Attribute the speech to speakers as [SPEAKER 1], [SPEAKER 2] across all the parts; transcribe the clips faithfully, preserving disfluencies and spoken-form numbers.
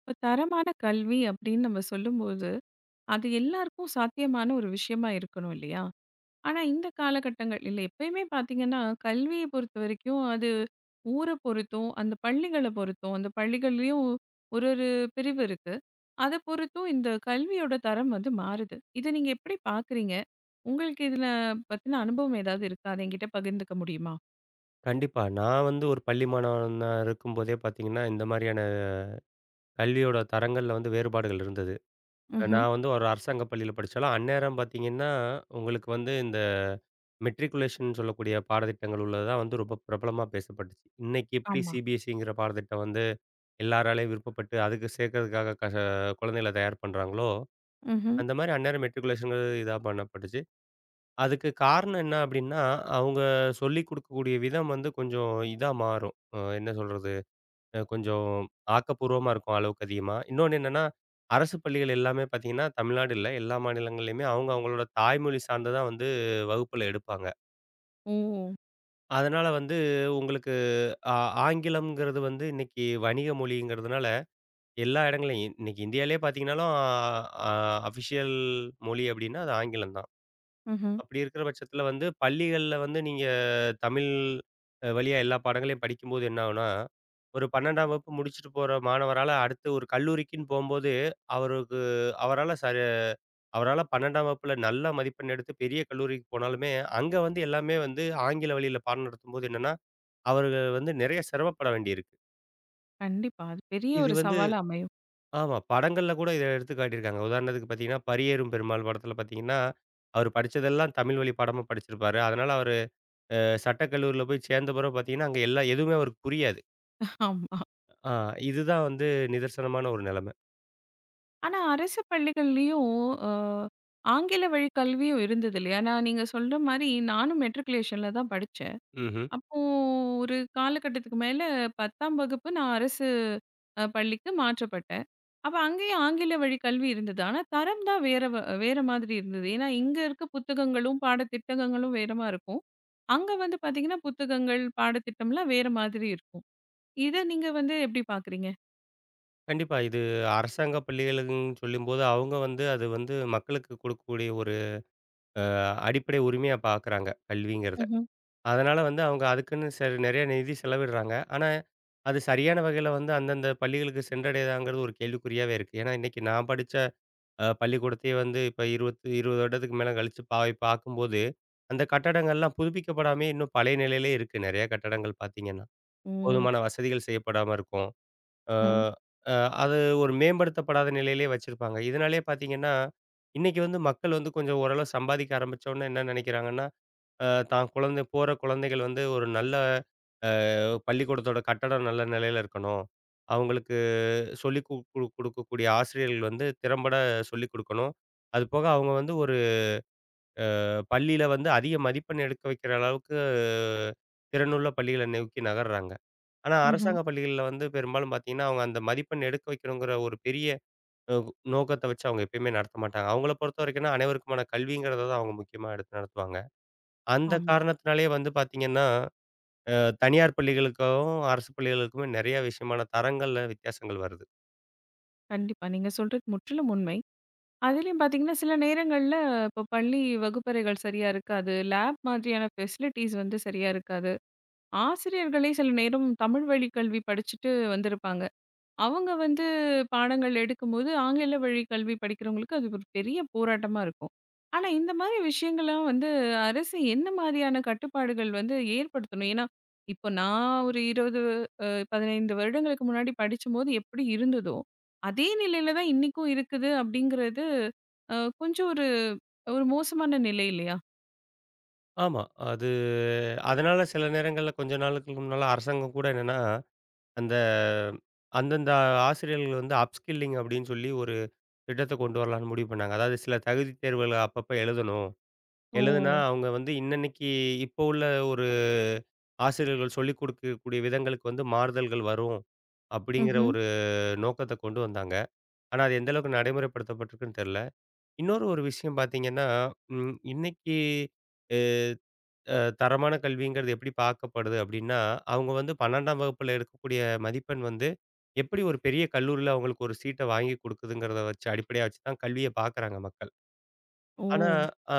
[SPEAKER 1] இப்ப தரமான கல்வி அப்படின்னு நம்ம சொல்லும்போது, அது எல்லாருக்கும் சாத்தியமான ஒரு விஷயமா இருக்கணும் இல்லையா? ஆனா இந்த காலகட்டங்கள் இல்ல எப்பயுமே பார்த்தீங்கன்னா, கல்விய பொறுத்தவரைக்கும் அது ஊர பொறுத்தும், அந்த பள்ளிகள பொறுத்தும், அந்த பள்ளிகள்லயும் ஒரு ஒரு பிரிவு இருக்கு. அத பொறுத்தும் இந்த கல்வியோட தரம் வந்து மாறுது. இத நீங்க எப்படி பார்க்குறீங்க? உங்களுக்கு இதுல பத்தின அனுபவம் ஏதாவது இருக்கா? அத என்கிட்ட பகிர்ந்துக்க முடியுமா?
[SPEAKER 2] கண்டிப்பா. நான் வந்து ஒரு பள்ளி மாணவனா இருக்கும்போதே பார்த்தீங்கன்னா, இந்த மாரியான கல்வியோட தரங்கள்ல வந்து வேறுபாடுகள் இருந்தது.
[SPEAKER 1] ம்ஹ்ம்.
[SPEAKER 2] நான் வந்து ஒரு அரசாங்க பள்ளியில படிச்சாலும், அந்நேரம் பார்த்தீங்கன்னா, உங்களுக்கு வந்து இந்த மெட்ரிகுலேஷன் சொல்லக்கூடிய பாடத்திட்டங்கள் உள்ளது தான் வந்து ரொம்ப பிரபலமா பேசப்பட்டுச்சு. இன்னைக்கு எப்படி
[SPEAKER 1] ஆமா.
[SPEAKER 2] சிபிஎஸ்சிங்கிற பாடத்திட்டம் வந்து எல்லாராலயும் விருப்பப்பட்டு, அதுக்கு சேர்க்கறதுக்காக கஷ குழந்தைகள தயார் பண்றாங்களோ,
[SPEAKER 1] ம்ஹ்ம்.
[SPEAKER 2] அந்த மாரி அந்நேரம் மெட்ரிகுலேஷன்ங்கிறது இதா பண்ணப்பட்டுச்சு. அதுக்கு காரணம் என்ன அப்படின்னா, அவங்க சொல்லிக் குடுக்கக்கூடிய விதம் வந்து கொஞ்சம் இதா மாறும். அ என்ன சொல்றது? அ கொஞ்சம் ஆக்கப்பூர்வமா இருக்கும் அளவுக்கு அதிகமா. இன்னொன்னு என்னன்னா, அரசு பள்ளிகள் எல்லாமே பார்த்தீங்கன்னா, தமிழ்நாடு இல்ல, எல்லா மாநிலங்கள்லயுமே அவங்க அவங்களோட தாய்மொழி சார்ந்து தான் வந்து வகுப்புல எடுப்பாங்க.
[SPEAKER 1] ஓ!
[SPEAKER 2] அதனால வந்து உங்களுக்கு ஆ ஆங்கிலம்ங்கிறது வந்து இன்னைக்கு வணிக மொழிங்கிறதுனால எல்லா இடங்கள்லயும் இன்னைக்கு இந்தியாவிலேயே பார்த்தீங்கனாலும், ஆ அஃபிஷியல் மொழி அப்படின்னா அது ஆங்கிலம் தான்.
[SPEAKER 1] ம்ஹ்ம்.
[SPEAKER 2] அப்படி இருக்கிற பட்சத்தில வந்து பள்ளிகள்ல வந்து நீங்க தமிழ் அ வழியா எல்லா பாடங்களையும் படிக்கும்போது என்ன ஆகும்னா, ஒரு பன்னிரண்டாம் வகுப்பு முடிச்சுட்டு போற மாணவரால அடுத்து ஒரு கல்லூரிக்குன்னு போம்போது, அவருக்கு அவரால சரி அவரால பன்னிரண்டாம் வகுப்புல நல்ல மதிப்பெண் எடுத்து பெரிய கல்லூரிக்கு போனாலுமே, அங்க வந்து எல்லாமே வந்து ஆங்கில வழியில பாடம் நடத்தும்போது என்னன்னா, அவர்கள் வந்து நிறைய சிரமப்பட வேண்டியிருக்கு.
[SPEAKER 1] கண்டிப்பா. அது பெரிய
[SPEAKER 2] இது
[SPEAKER 1] ஒரு
[SPEAKER 2] வந்து
[SPEAKER 1] சவாலா அமையும்.
[SPEAKER 2] ஆமா. படங்கள்ல கூட இத எடுத்து காட்டியிருக்காங்க. உதாரணத்துக்கு பார்த்தீங்கன்னா, பரியேறும் பெருமாள் படத்தில பார்த்தீங்கன்னா, அவர் படிச்சதெல்லாம் தமிழ் வழி பாடமா படிச்சிருப்பாரு. அதனால அவரு அ சட்டக்கல்லூரில போய் சேர்ந்த பிறகு பார்த்தீங்கன்னா, அங்க எல்லா எதுவுமே அவருக்கு புரியாது.
[SPEAKER 1] ஆமா.
[SPEAKER 2] ஆ இதுதான் வந்து நிதர்சனமான ஒரு நிலைமை.
[SPEAKER 1] ஆனா, அரசு பள்ளிகள்லயும் அ ஆங்கில வழி கல்வியும் இருந்தது இல்லையா? நான் நீங்க சொல்ற மாரி நானும் மெட்ரிகுலேஷன்ல தான் படிச்சேன்.
[SPEAKER 2] ம்ஹ்ம்.
[SPEAKER 1] அப்போ ஒரு காலகட்டத்துக்கு மேல பத்தாம் வகுப்பு நான் அரசு அ பள்ளிக்கு மாற்றப்பட்டேன். அப்ப அங்கேயும் ஆங்கில வழி கல்வி இருந்தது. ஆனா, தரம் தான் வேற வ வேற மாதிரி இருந்தது. ஏன்னா, இங்க இருக்க புத்தகங்களும், பாடத்திட்டங்களும் வேறமா இருக்கும். அங்க வந்து பாத்தீங்கன்னா, புத்தகங்கள், பாடத்திட்டம்லாம் வேற மாதிரி இருக்கும். இத நீங்க வந்து எப்படி பாக்குறீங்க?
[SPEAKER 2] கண்டிப்பா இது அரசாங்க பள்ளிகளுக்குன்னு சொல்லும்போது, அவங்க வந்து அது வந்து மக்களுக்கு கொடுக்கக்கூடிய ஒரு அ, அடிப்படை உரிமையா பார்க்குறாங்க, கல்விங்கிறத.
[SPEAKER 1] ம்ஹ்ம்.
[SPEAKER 2] அதனால வந்து அவங்க அதுக்குன்னு ச நெறைய நிதி செலவிடுறாங்க. ஆனா, அது சரியான வகையில வந்து அந்தந்த பள்ளிகளுக்கு சென்றடையுதாங்கிறது ஒரு கேள்விக்குறியாவே இருக்கு. ஏன்னா, இன்னைக்கு நான் படிச்ச அ பள்ளிக்கூடத்தையே வந்து இப்ப இருபது இருபது வருடத்துக்கு மேல கழிச்சு பாய் பார்க்கும்போது, அந்த கட்டடங்கள்லாம் புதுப்பிக்கப்படாமயே இன்னும் பழைய நிலையிலே இருக்கு. நெறைய கட்டடங்கள் பார்த்தீங்கன்னா.
[SPEAKER 1] ஓ!
[SPEAKER 2] போதுமான வசதிகள் செய்யப்படாம இருக்கும். அ
[SPEAKER 1] ம்.
[SPEAKER 2] அ அது ஒரு மேம்படுத்தப்படாத நிலையிலே வச்சிருப்பாங்க. இதனாலேயே பார்த்தீங்கன்னா, இன்னைக்கு வந்து மக்கள் வந்து கொஞ்சம் ஓரளவு சம்பாதிக்க ஆரம்பிச்ச உடனே என்ன நெனைக்கிறாங்கன்னா, அ தான் குழந்தை போற குழந்தைகள் வந்து ஒரு நல்ல பள்ளிக்கூடத்தோட கட்டடம் நல்ல நிலையில இருக்கணும். அவங்களுக்கு சொல்லிக் கு கு குடுக்கக்கூடிய ஆசிரியர்கள் வந்து திறம்பட சொல்லிக் குடுக்கணும். அது போக அவங்க வந்து ஒரு பள்ளியில வந்து அதிக மதிப்பெண் எடுக்க வைக்கிற அளவுக்கு திறனுள்ள பள்ளிகள நோக்கி நகர்றாங்க. ஆனா
[SPEAKER 1] ம்ஹ்ம்.
[SPEAKER 2] அரசாங்க பள்ளிகள்ல வந்து பெரும்பாலும் பார்த்தீங்கன்னா, அவங்க அந்த மதிப்பெண் எடுக்க வைக்கணுங்கிற ஒரு பெரிய அ நோக்கத்த வச்சு அவங்க எப்பயுமே நடத்த மாட்டாங்க. அவங்கள பொறுத்த வரைக்கும்னா, அனைவருக்குமான கல்விங்கிறத தான் அவங்க முக்கியமா எடுத்து நடத்துவாங்க. அந்த
[SPEAKER 1] ஆமா.
[SPEAKER 2] காரணத்தினாலேயே வந்து பார்த்தீங்கன்னா அ தனியார் பள்ளிகளுக்கும், அரசு பள்ளிகளுக்குமே நெறைய விஷயமான தரங்கள்ல வித்தியாசங்கள் வருது.
[SPEAKER 1] கண்டிப்பா. நீங்க சொல்றது முற்றிலும் உண்மை. அதிலயும் பார்த்தீங்கன்னா, சில நேரங்கள்ல இப்போ பள்ளி வகுப்பறைகள் சரியா இருக்காது. லேப் மாதிரியான ஃபெசிலிட்டீஸ் வந்து சரியா இருக்காது. ஆசிரியர்களே சில நேரம் தமிழ் வழி கல்வி படிச்சுட்டு வந்திருப்பாங்க. அவங்க வந்து பாடங்கள் எடுக்கும்போது, ஆங்கில வழி கல்வி படிக்கிறவங்களுக்கு அது ஒரு பெரிய போராட்டமா இருக்கும். ஆனா, இந்த மாரி விஷயங்கள்லாம் வந்து அரசு என்ன மாரியான கட்டுப்பாடுகள் வந்து ஏற்படுத்தணும்? ஏன்னா, இப்போ நான் ஒரு இருபது அ பதினைந்து வருடங்களுக்கு முன்னாடி படிச்சம்போது எப்படி இருந்ததோ, அதே நிலையில தான் இன்னைக்கும் இருக்குது அப்படிங்கிறது, அ கொஞ்சம் ஒரு ஒரு மோசமான நிலை இல்லையா?
[SPEAKER 2] ஆமா. அது அதனால சில நேரங்கள்ல கொஞ்ச நாளுக்கு முன்னால அரசாங்கம் கூட என்னன்னா, அந்த அந்தந்த ஆசிரியர்கள் வந்து அப்ஸ்கில்லிங் அப்படின்னு சொல்லி ஒரு திட்டத்த கொண்டு வரலான்னு முடிவு பண்ணாங்க. அதாவது சில தகுதி தேர்வுகள அப்பப்ப எழுதணும்.
[SPEAKER 1] ஓ!
[SPEAKER 2] எழுதுனா அவங்க வந்து இன்னன்னைக்கு இப்போ உள்ள ஒரு ஆசிரியர்கள் சொல்லிக் கொடுக்கக்கூடிய விதங்களுக்கு வந்து மாறுதல்கள் வரும். அப்படிங்கிற
[SPEAKER 1] ம்ஹ்ம்.
[SPEAKER 2] ஒரு நோக்கத்த கொண்டு வந்தாங்க. ஆனா அது எந்த அளவுக்கு நடைமுறைப்படுத்தப்பட்டிருக்குன்னு தெரியல. இன்னொரு ஒரு விஷயம் பார்த்தீங்கன்னா, ம் இன்னைக்கு அ அ தரமான கல்விங்கிறது எப்படி பார்க்கப்படுது அப்படின்னா, அவங்க வந்து பன்னிரண்டாம் வகுப்புல எடுக்கக்கூடிய மதிப்பெண் வந்து, எப்படி ஒரு பெரிய கல்லூரியில அவங்களுக்கு ஒரு சீட்ட வாங்கி குடுக்குதுங்கிறத வச்சு அடிப்படையா வச்சு தான் கல்விய பார்க்குறாங்க மக்கள்.
[SPEAKER 1] ஓ!
[SPEAKER 2] ஆனா, அ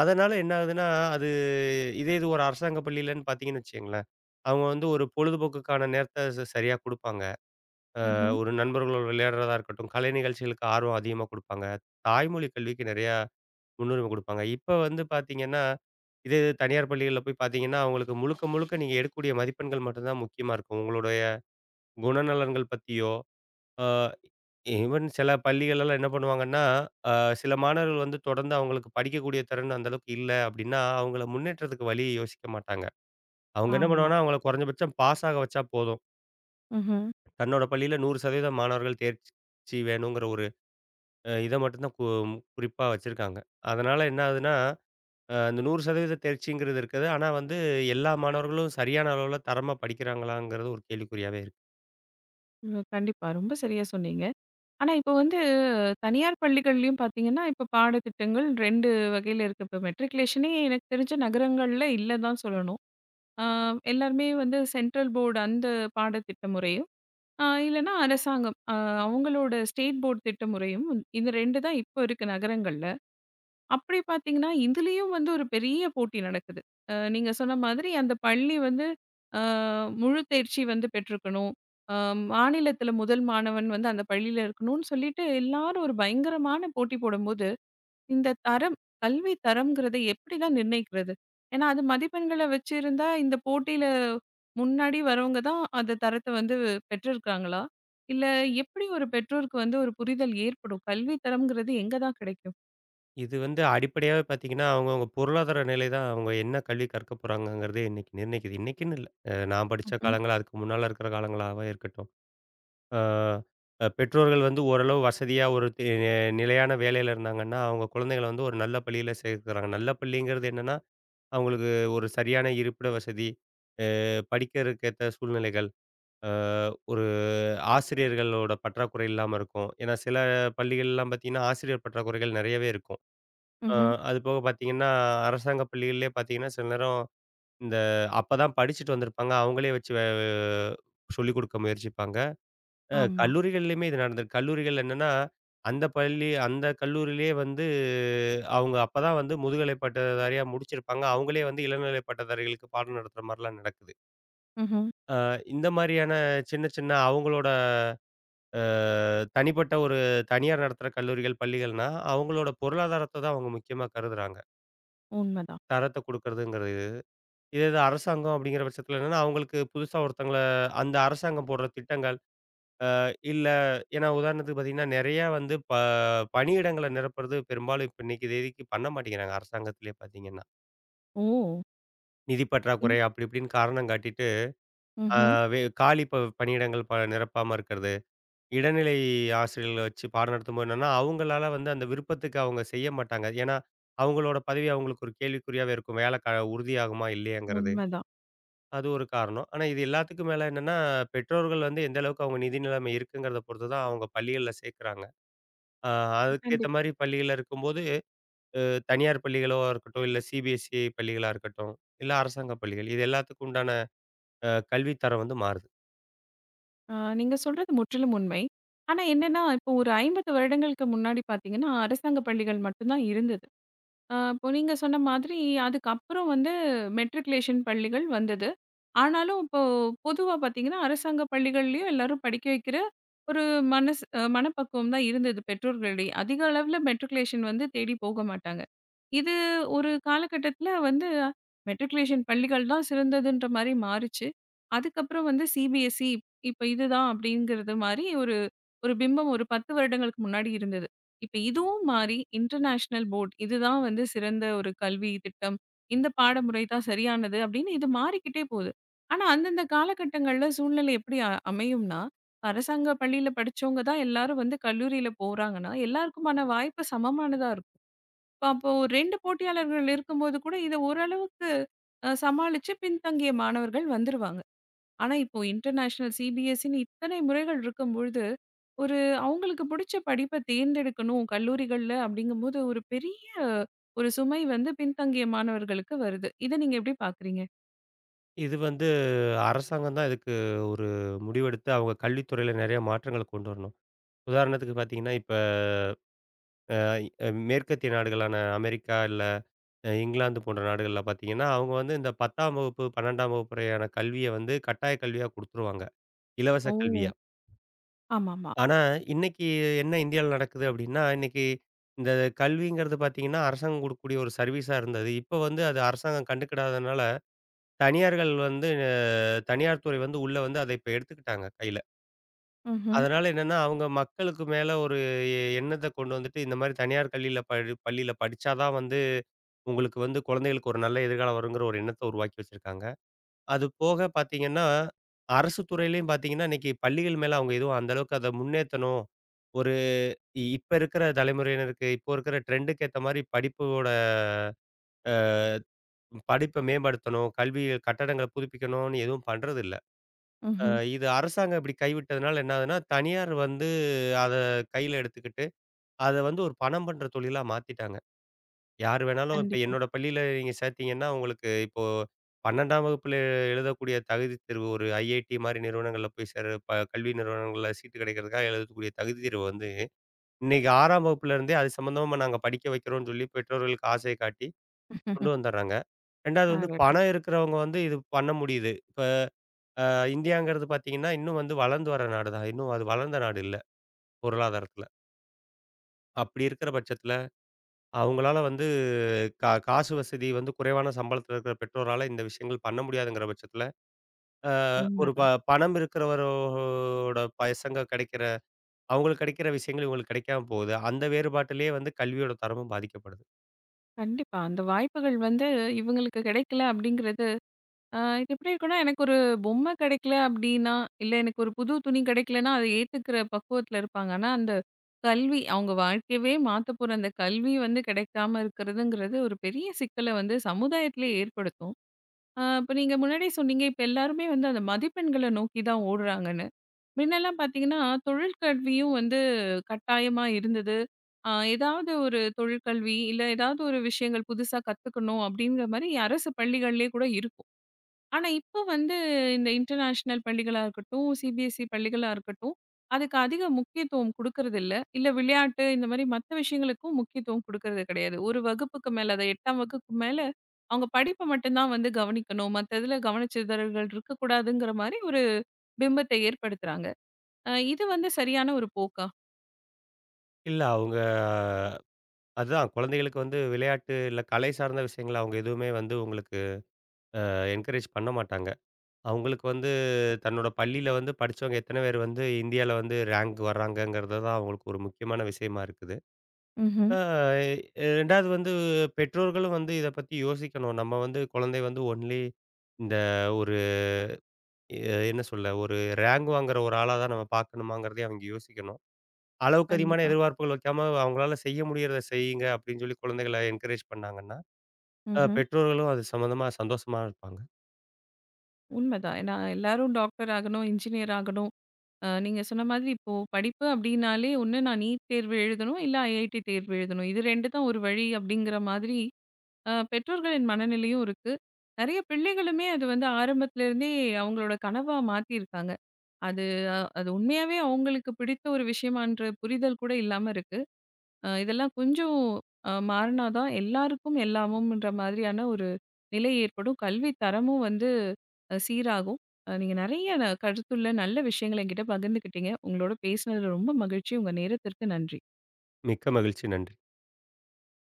[SPEAKER 2] அதனால என்ன ஆகுதுன்னா, அது இதே இது ஒரு அரசாங்க பள்ளியிலன்னு பார்த்தீங்கன்னு வச்சுக்கங்களேன், அவங்க வந்து ஒரு பொழுதுபோக்குக்கான நேரத்த ச சரியா குடுப்பாங்க. அ
[SPEAKER 1] ம்ஹ்ம்.
[SPEAKER 2] ஒரு நண்பர்களோட விளையாடுறதா இருக்கட்டும், கலை நிகழ்ச்சிகளுக்கு ஆர்வம் அதிகமா குடுப்பாங்க. தாய்மொழி கல்விக்கு நெறையா முன்னுரிமை குடுப்பாங்க. இப்ப வந்து பார்த்தீங்கன்னா, இதே இது தனியார் பள்ளிகள்ல போய் பார்த்தீங்கன்னா, அவங்களுக்கு முழுக்க, முழுக்க நீங்க எடுக்கக்கூடிய மதிப்பெண்கள் மட்டும் தான் முக்கியமா இருக்கும். உங்களுடைய குணநலன்கள் பத்தியோ, அ ஈவன் சில பள்ளிகள்லாம் என்ன பண்ணுவாங்கன்னா, அ சில மாணவர்கள் வந்து தொடர்ந்து அவங்களுக்கு படிக்கக்கூடிய திறன் அந்த அளவுக்கு இல்ல அப்டின்னா, அவங்கள முன்னேற்றத்துக்கு வழி யோசிக்க மாட்டாங்க. அவங்க என்ன
[SPEAKER 1] ஆமா.
[SPEAKER 2] பண்ணுவாங்கன்னா, அவங்கள குறைஞ்சபட்சம் பாஸ் ஆக வச்சா போதும்.
[SPEAKER 1] ம்ஹ்ம்.
[SPEAKER 2] தன்னோட பள்ளியில நூறு சதவீதம் மாணவர்கள் தேர்ச்சி வேணுங்கிற ஒரு அ இத மட்டும் தான் கு குறிப்பா வச்சிருக்காங்க. அதனால என்ன ஆகுதுன்னா அ அந்த நூறு சதவீதம் தேர்ச்சிங்கிறது இருக்குது. ஆனா வந்து எல்லா மாணவர்களும் சரியான அளவுல தரமா படிக்கிறாங்களாங்கிறது ஒரு கேள்விக்குறியாவே இருக்கு.
[SPEAKER 1] ம். கண்டிப்பா. ரொம்ப சரியா சொன்னீங்க. ஆனா, இப்போ வந்து தனியார் பள்ளிகள்லயும் பார்த்தீங்கன்னா, இப்ப பாடத்திட்டங்கள் இரண்டு வகையில இருக்கு. இப்ப மெட்ரிகுலேஷனே எனக்கு தெரிஞ்ச நகரங்கள்ல இல்ல தான் சொல்லணும். ஆ எல்லாருமே வந்து சென்ட்ரல் போர்டு அந்த பாடத்திட்ட முறையும், அ இல்லன்னா அரசாங்கம். அ அவங்களோட ஸ்டேட் போர்ட் திட்ட முறையும் இந்த இரண்டு தான் இப்போ இருக்கு நகரங்கள்ல. அப்படி பார்த்தீங்கன்னா, இதுலயும் வந்து ஒரு பெரிய போட்டி நடக்குது. அ நீங்க சொன்ன மாதிரி அந்த பள்ளி வந்து அ முழு தேர்ச்சி வந்து பெற்றிருக்கணும். அ மாநிலத்தில முதல் மாணவன் வந்து அந்த பள்ளியில இருக்கணும்னு சொல்லிட்டு எல்லாரும் ஒரு பயங்கரமான போட்டி போடும்போது, இந்த தரம் கல்வி தரம்ங்கிறத எப்படிலாம் நிர்ணயிக்கிறது? ஏன்னா, அது மதிப்பெண்கள வச்சிருந்தா இந்த போட்டியில முன்னாடி வரவங்க தான் அந்த தரத்த வந்து பெற்றிருக்காங்களா? இல்ல எப்படி ஒரு பெற்றோருக்கு வந்து ஒரு புரிதல் ஏற்படும்? கல்வி தரம்ங்கிறது எங்க தான் கிடைக்கும்?
[SPEAKER 2] இது வந்து அடிப்படையாவே பார்த்தீங்கன்னா, அவங்கவங்க பொருளாதார நிலை தான் அவங்க என்ன கல்வி கற்க போறாங்கங்கிறதே இன்னைக்கு நிர்ணயிக்குது. இன்னைக்குன்னு இல்ல. அ நான் படிச்ச
[SPEAKER 1] ம்ஹ்ம்.
[SPEAKER 2] காலங்கள், அதுக்கு முன்னால இருக்கிற காலங்களாவே இருக்கட்டும். அ அ பெற்றோர்கள் வந்து ஓரளவு வசதியா ஒரு தே நிலையான வேலையில இருந்தாங்கன்னா, அவங்க குழந்தைகள வந்து ஒரு நல்ல பள்ளியில சேர்க்குறாங்க. நல்ல பள்ளிங்கிறது என்னன்னா, அவங்களுக்கு ஒரு சரியான இருப்பிட வசதி, அ படிக்கிறதுக்கு ஏத்த சூழ்நிலைகள், அ ஒரு ஆசிரியர்களோட பற்றாக்குறை இல்லாம இருக்கும். ஏன்னா சில பள்ளிகள்லாம் பார்த்தீங்கன்னா, ஆசிரியர் பற்றாக்குறைகள் நெறையவே இருக்கும். அ
[SPEAKER 1] ம்ஹ்ம்.
[SPEAKER 2] அது போக பார்த்தீங்கன்னா, அரசாங்க பள்ளிகள்லயே பார்த்தீங்கன்னா, சில நேரம் இந்த அப்பதான் படிச்சுட்டு வந்திருப்பாங்க. அவங்களே வச்சு வே சொல்லிக் குடுக்க முயற்சிப்பாங்க. அ
[SPEAKER 1] ஆமா.
[SPEAKER 2] கல்லூரிகள்லயுமே இது நடந்திருக்கு. கல்லூரிகள் என்னன்னா, அந்த பள்ளி அந்த கல்லூரியிலேயே வந்து அவங்க அப்பதான் வந்து முதுகலை பட்டதாரியா முடிச்சிருப்பாங்க. அவங்களே வந்து இளநிலை பட்டதாரிகளுக்கு பாடம் நடத்துற மாரிலாம் நடக்குது.
[SPEAKER 1] ம்ஹ்ம்.
[SPEAKER 2] அ இந்த மாரியான சின்ன சின்ன அவங்களோட அ தனிப்பட்ட ஒரு தனியார் நடத்துற கல்லூரிகள், பள்ளிகள்னா, அவங்களோட பொருளாதாரத்த தான் அவங்க முக்கியமா கருதுறாங்க.
[SPEAKER 1] உண்மதான்.
[SPEAKER 2] தரத்த குடுக்கறதுங்கிறது. இதே இது அரசாங்கம் அப்படிங்கிற பட்சத்தில என்னன்னா, அவங்களுக்கு புதுசா ஒருத்தங்கள அந்த அரசாங்கம் போடுற திட்டங்கள், அ இல்ல ஏன்னா உதாரணத்துக்கு பார்த்தீங்கன்னா, நெறையா வந்து ப பணியிடங்கள நிரப்புறது பெரும்பாலும் இப்ப இன்னைக்கு தேதிக்கு பண்ண மாட்டேங்கிறாங்க அரசாங்கத்திலேயே பார்த்தீங்கன்னா.
[SPEAKER 1] ஓ!
[SPEAKER 2] நிதி
[SPEAKER 1] ம்.
[SPEAKER 2] பற்றாக்குறை அப்படி இப்படின்னு காரணம் காட்டிட்டு, அ
[SPEAKER 1] ம்ஹ்ம்.
[SPEAKER 2] வே காலி ப பணியிடங்கள் ப நிரப்பாம இருக்கிறது. இடைநிலை ஆசிரியர்கள வச்சு பாடம் நடத்தும்போது என்னன்னா, அவங்களால வந்து அந்த விருப்பத்துக்கு அவங்க செய்ய மாட்டாங்க. ஏன்னா, அவங்களோட பதவி அவங்களுக்கு ஒரு கேள்விக்குறியாவே இருக்கும். வேலை க உறுதியாகுமா இல்லையாங்கிறது.
[SPEAKER 1] உண்மதான்.
[SPEAKER 2] அது ஒரு காரணம். ஆனா இது எல்லாத்துக்கும் மேல என்னன்னா, பெற்றோர்கள் வந்து எந்த அளவுக்கு அவங்க நிதி நிலைமை இருக்குங்கிறத பொறுத்து தான் அவங்க பள்ளிகள்ல சேர்க்குறாங்க. அ அதுக்கேத்த
[SPEAKER 1] கண்டிப்பா.
[SPEAKER 2] மாரி பள்ளிகள்ல இருக்கும்போது, அ தனியார் பள்ளிகளா இருக்கட்டும், இல்ல சிபிஎஸ்இ பள்ளிகளா இருக்கட்டும், இல்ல அரசாங்க பள்ளிகள். இது எல்லாத்துக்கும் உண்டான அ கல்வி தரம் வந்து மாறுது.
[SPEAKER 1] ஆ நீங்க சொல்றது முற்றிலும் உண்மை. ஆனா என்னன்னா, இப்போ ஒரு ஐம்பது வருடங்களுக்கு முன்னாடி பார்த்தீங்கன்னா, அரசாங்க பள்ளிகள் மட்டும் தான் இருந்தது. ஆ இப்போ நீங்க சொன்ன மாதிரி, அதுக்கப்புறம் வந்து மெட்ரிகுலேஷன் பள்ளிகள் வந்தது. ஆனாலும் இப்போ பொதுவா பார்த்தீங்கன்னா, அரசாங்க பள்ளிகள்லயும் எல்லாரும் படிக்க வைக்கிற ஒரு மனசு அ மனப்பக்குவம் தான் இருந்தது பெற்றோர்களிடையே. அதிக அளவுல மெட்ரிகுலேஷன் வந்து தேடி போக மாட்டாங்க. இது ஒரு காலகட்டத்தில வந்து மெட்ரிகுலேஷன் பள்ளிகள் தான் சிறந்ததுன்ற மாரி மாறுச்சு. அதுக்கப்புறம் வந்து சிபிஎஸ்இ இப்ப இதுதான் அப்படிங்கிறது மாரி ஒரு ஒரு பிம்பம் ஒரு பத்து வருடங்களுக்கு முன்னாடி இருந்தது. இப்ப இதுவும் மாறி இன்டர்நேஷனல் போர்ட் இதுதான் வந்து சிறந்த ஒரு கல்வி திட்டம். இந்த பாடமுறை தான் சரியானது அப்படின்னு இது மாறிக்கிட்டே போகுது. ஆனா அந்தந்த காலகட்டங்கள்ல சூழ்நிலை எப்படி அ அமையும்னா, அரசாங்க பள்ளியில படிச்சவங்க தான் எல்லாரும் வந்து கல்லூரியில போறாங்கன்னா, எல்லாருக்குமான வாய்ப்பு சமமானதா இருக்கும். இப்ப அப்போ இரண்டு போட்டியாளர்கள் இருக்கும்போது கூட இத ஓரளவுக்கு அ சமாளிச்சு பின்தங்கிய மாணவர்கள் வந்துருவாங்க. ஆனா, இப்போ இன்டர்நேஷனல் சிபிஎஸ்இன்னு இத்தனை முறைகள் இருக்கும்பொழுது, ஒரு அவங்களுக்கு புடிச்ச படிப்ப தேர்ந்தெடுக்கணும் கல்லூரிகள்ல அப்படிங்கும்போது, ஒரு பெரிய ஒரு சுமை வந்து பின்தங்கிய மாணவர்களுக்கு வருது. இத நீங்க எப்படி பாக்குறீங்க?
[SPEAKER 2] இது வந்து அரசாங்கம் தான் இதுக்கு ஒரு முடிவெடுத்து அவங்க கல்வித்துறையில நிறைய மாற்றங்கள் கொண்டு வரணும். உதாரணத்துக்கு பார்த்தீங்கன்னா, இப்ப அ அ மேற்கத்திய நாடுகளான அமெரிக்கா இல்ல அ இங்கிலாந்து போன்ற நாடுகள்ல பார்த்தீங்கன்னா, அவங்க வந்து இந்த பத்தாம் வகுப்பு, பன்னிரண்டாம் வகுப்பு வரையான கல்விய வந்து கட்டாய கல்வியா குடுத்துருவாங்க. இலவச
[SPEAKER 1] ஓ!
[SPEAKER 2] கல்வியா.
[SPEAKER 1] ஆமாமா.
[SPEAKER 2] ஆனா, இன்னைக்கு என்ன இந்தியாவில நடக்குது அப்டின்னா, இன்னைக்கு இந்த கல்விங்கிறது பார்த்தீங்கன்னா, அரசாங்கம் குடுக்கக்கூடிய ஒரு சர்வீஸா இருந்தது. இப்ப வந்து அது அரசாங்கம் கண்டுக்கிடாதனால, தனியார்கள் வந்து அ தனியார் துறை வந்து உள்ள வந்து அத இப்ப எடுத்துக்கிட்டாங்க கையில.
[SPEAKER 1] ம்ஹ்ம்,
[SPEAKER 2] அதனால என்னன்னா, அவங்க மக்களுக்கு மேல ஒரு எ எண்ணத்த கொண்டு வந்துட்டு, இந்த மாரி தனியார் கல்வியில படி பள்ளியில படிச்சா தான் வந்து, உங்களுக்கு வந்து குழந்தைகளுக்கு ஒரு நல்ல எதிர்காலம் வருங்கிற ஒரு எண்ணத்த உருவாக்கி வச்சிருக்காங்க. அது போக பார்த்தீங்கன்னா, அரசு துறையிலயும் பார்த்தீங்கன்னா, இன்னைக்கு பள்ளிகள் மேல அவங்க எதுவும் அந்த அளவுக்கு அத முன்னேத்தணும். ஒரு இ இப்ப இருக்கிற தலைமுறையினருக்கு, இப்போ இருக்கிற ட்ரெண்டுக்கு ஏத்த மாரி படிப்போட அ படிப்ப மேம்படுத்தணும், கல்வி கட்டடங்கள புதுப்பிக்கணும்னு எதுவும் பண்றதில்ல. அ
[SPEAKER 1] ம்ஹ்ம்.
[SPEAKER 2] இது அரசாங்கம் இப்படி கைவிட்டதுனால என்ன ஆகுதுன்னா, தனியார் வந்து அத கையில எடுத்துக்கிட்டு அத வந்து ஒரு பணம் பண்ற தொழிலா மாத்திட்டாங்க. யார் வேணாலும் இப்ப
[SPEAKER 1] கண்டிப்பா.
[SPEAKER 2] என்னோட பள்ளியில நீங்க சேர்த்தீங்கன்னா, உங்களுக்கு இப்போ பன்னிரண்டாம் வகுப்புல எழுதக்கூடிய தகுதி தேர்வு ஒரு ஐஐடி மாரி நிறுவனங்கள்ல போய் சேர ப கல்வி நிறுவனங்கள்ல சீட்டு கிடைக்கிறதுக்காக எழுதக்கூடிய தகுதி தேர்வு வந்து, இன்னைக்கு ஆறாம் வகுப்புல இருந்தே அது சம்மந்தமா நாங்க படிக்க வைக்கிறோம்னு சொல்லி பெற்றோர்களுக்கு ஆசைய காட்டி கொண்டு வந்துர்றாங்க. 2வது வந்து
[SPEAKER 1] அடடா!
[SPEAKER 2] பணம் இருக்கிறவங்க வந்து இது பண்ண முடியுது. இப்ப அ இந்தியாங்கிறது பார்த்தீங்கன்னா, இன்னும் வந்து வளர்ந்து வர நாடு தான். இன்னும் அது வளர்ந்த நாடு இல்ல பொருளாதாரத்துல. அப்படி இருக்கிற பட்சத்துல அவங்களால வந்து கா காசு வசதி வந்து குறைவான சம்பளத்தில இருக்கிற பெற்றோரால இந்த விஷயங்கள் பண்ண முடியாதுங்கிற பட்சத்தில, அ ஒரு ப
[SPEAKER 1] உண்மதான்.
[SPEAKER 2] பணம் இருக்கிறவரோட பசங்க கிடைக்கிற அவங்களுக்கு கிடைக்கிற விஷயங்கள் இவங்களுக்கு கிடைக்காம போகுது. அந்த வேறுபாட்டிலேயே வந்து கல்வியோட தரமும் பாதிக்கப்படுது.
[SPEAKER 1] கண்டிப்பா. அந்த வாய்ப்புகள் வந்து இவங்களுக்கு கிடைக்கல அப்படிங்கிறது ஆ இது எப்படி இருக்குன்னா, எனக்கு ஒரு பொம்மை கிடைக்கல அப்டின்னா, இல்ல எனக்கு ஒரு புது துணி கிடைக்கலன்னா, அத ஏத்துக்கிற பக்குவத்துல இருப்பாங்க. ஆனா, அந்த கல்வி அவங்க வாழ்க்கையவே மாத்த போற அந்த கல்வி வந்து கிடைக்காம இருக்கிறதுங்கிறது ஒரு பெரிய சிக்கல வந்து சமுதாயத்திலே ஏற்படுத்தும். ஆ இப்ப நீங்க முன்னாடியே சொன்னீங்க, இப்ப எல்லாருமே வந்து அந்த மதிப்பெண்கள நோக்கி தான் ஓடுறாங்கன்னு. முன்னலாம் பார்த்தீங்கன்னா, தொழிற்கல்வியும் வந்து கட்டாயமா இருந்தது. ஆ ஏதாவது ஒரு தொழிற்கல்வி, இல்ல ஏதாவது ஒரு விஷயங்கள் புதுசா கத்துக்கணும் அப்படிங்கிற மாரி அரசு பள்ளிகள்லேயே கூட இருக்கும். ஆனா, இப்போ வந்து இந்த இன்டர்நேஷனல் பள்ளிகளா இருக்கட்டும், சிபிஎஸ்இ பள்ளிகளா இருக்கட்டும், அதுக்கு அதிக முக்கியத்துவம் குடுக்கறதில்ல. இல்ல இல்ல விளையாட்டு இந்த மாரி மத்த விஷயங்களுக்கும் முக்கியத்துவம் குடுக்கறது கிடையாது. ஒரு வகுப்புக்கு மேல அது எட்டாம் வகுப்புக்கு மேல அவங்க படிப்ப மட்டும் தான் வந்து கவனிக்கணும். மத்ததுல கவனச்சிதறல்கள் இருக்கக்கூடாதுங்கிற மாரி ஒரு பிம்பத்தை ஏற்படுத்துறாங்க. அ இது வந்து சரியான ஒரு போக்கா?
[SPEAKER 2] இல்ல அவங்க அதுதான் குழந்தைகளுக்கு வந்து விளையாட்டு, இல்ல கலை சார்ந்த விஷயங்கள அவங்க எதுவுமே வந்து உங்களுக்கு என்கரேஜ் பண்ண மாட்டாங்க. அவங்களுக்கு வந்து தன்னோட பள்ளியில வந்து படிச்சவங்க எத்தன பேர் வந்து இந்தியால வந்து ரேங்க் வர்றாங்கங்கிறது தான் அவங்களுக்கு ஒரு முக்கியமான விஷயமா இருக்குது.
[SPEAKER 1] ம்ஹ்ம்.
[SPEAKER 2] ஆ, எ ரெண்டாவது வந்து பெற்றோர்களும் வந்து இத பத்தி யோசிக்கணும். நம்ம வந்து குழந்தை வந்து ஒன்லி இந்த ஒரு எ என்ன சொல்ல ஒரு ரேங்க் வாங்குற ஒரு ஆளா தான் நம்ம பார்க்கணுமாங்கிறதையும் அவங்க யோசிக்கணும். அளவுக்கு அதிகமான
[SPEAKER 1] கண்டிப்பா.
[SPEAKER 2] எதிர்பார்ப்புகள் வைக்காம அவங்களால செய்ய முடியறத செய்யுங்க அப்படின்னு சொல்லி குழந்தைகள என்கரேஜ் பண்ணாங்கன்னா, அ
[SPEAKER 1] ம்ஹ்ம்.
[SPEAKER 2] பெற்றோர்களும் அது சம்மந்தமா சந்தோஷமா இருப்பாங்க.
[SPEAKER 1] உண்மதான். ஏன்னா எல்லாரும் டாக்டர் ஆகணும், இன்ஜினியர் ஆகணும் அ நீங்க சொன்ன மாதிரி இப்போ படிப்பு அப்டின்னாலே ஒண்ணு நான் நீட் தேர்வு எழுதணும், இல்ல ஐஐடி தேர்வு எழுதணும். இது இரண்டு தான் ஒரு வழி அப்டிங்கிற மாதிரி அ பெற்றோர்களின் மனநிலையும் இருக்கு. நெறைய பிள்ளைகளுமே அது வந்து ஆரம்பத்துலேருந்தே அவங்களோட கனவா மாத்தியிருக்காங்க. அது அஹ் அது உண்மையாவே அவங்களுக்கு பிடித்த ஒரு விஷயமான்ற புரிதல் கூட இல்லாம இருக்கு. அ இதெல்லாம் கொஞ்சம் அ மாறுனா தான் எல்லாருக்கும் எல்லாமும்ன்ற மாதிரியான ஒரு நிலை ஏற்படும். கல்வி தரமும் வந்து அ சீராகும். அ நீங்க நெறைய ந கருத்துள்ள நல்ல விஷயங்கள என்கிட்ட பகிர்ந்துக்கிட்டீங்க. உங்களோட பேசினதுல ரொம்ப மகிழ்ச்சி. உங்க நேரத்திற்கு நன்றி.
[SPEAKER 2] மிக்க மகிழ்ச்சி. நன்றி.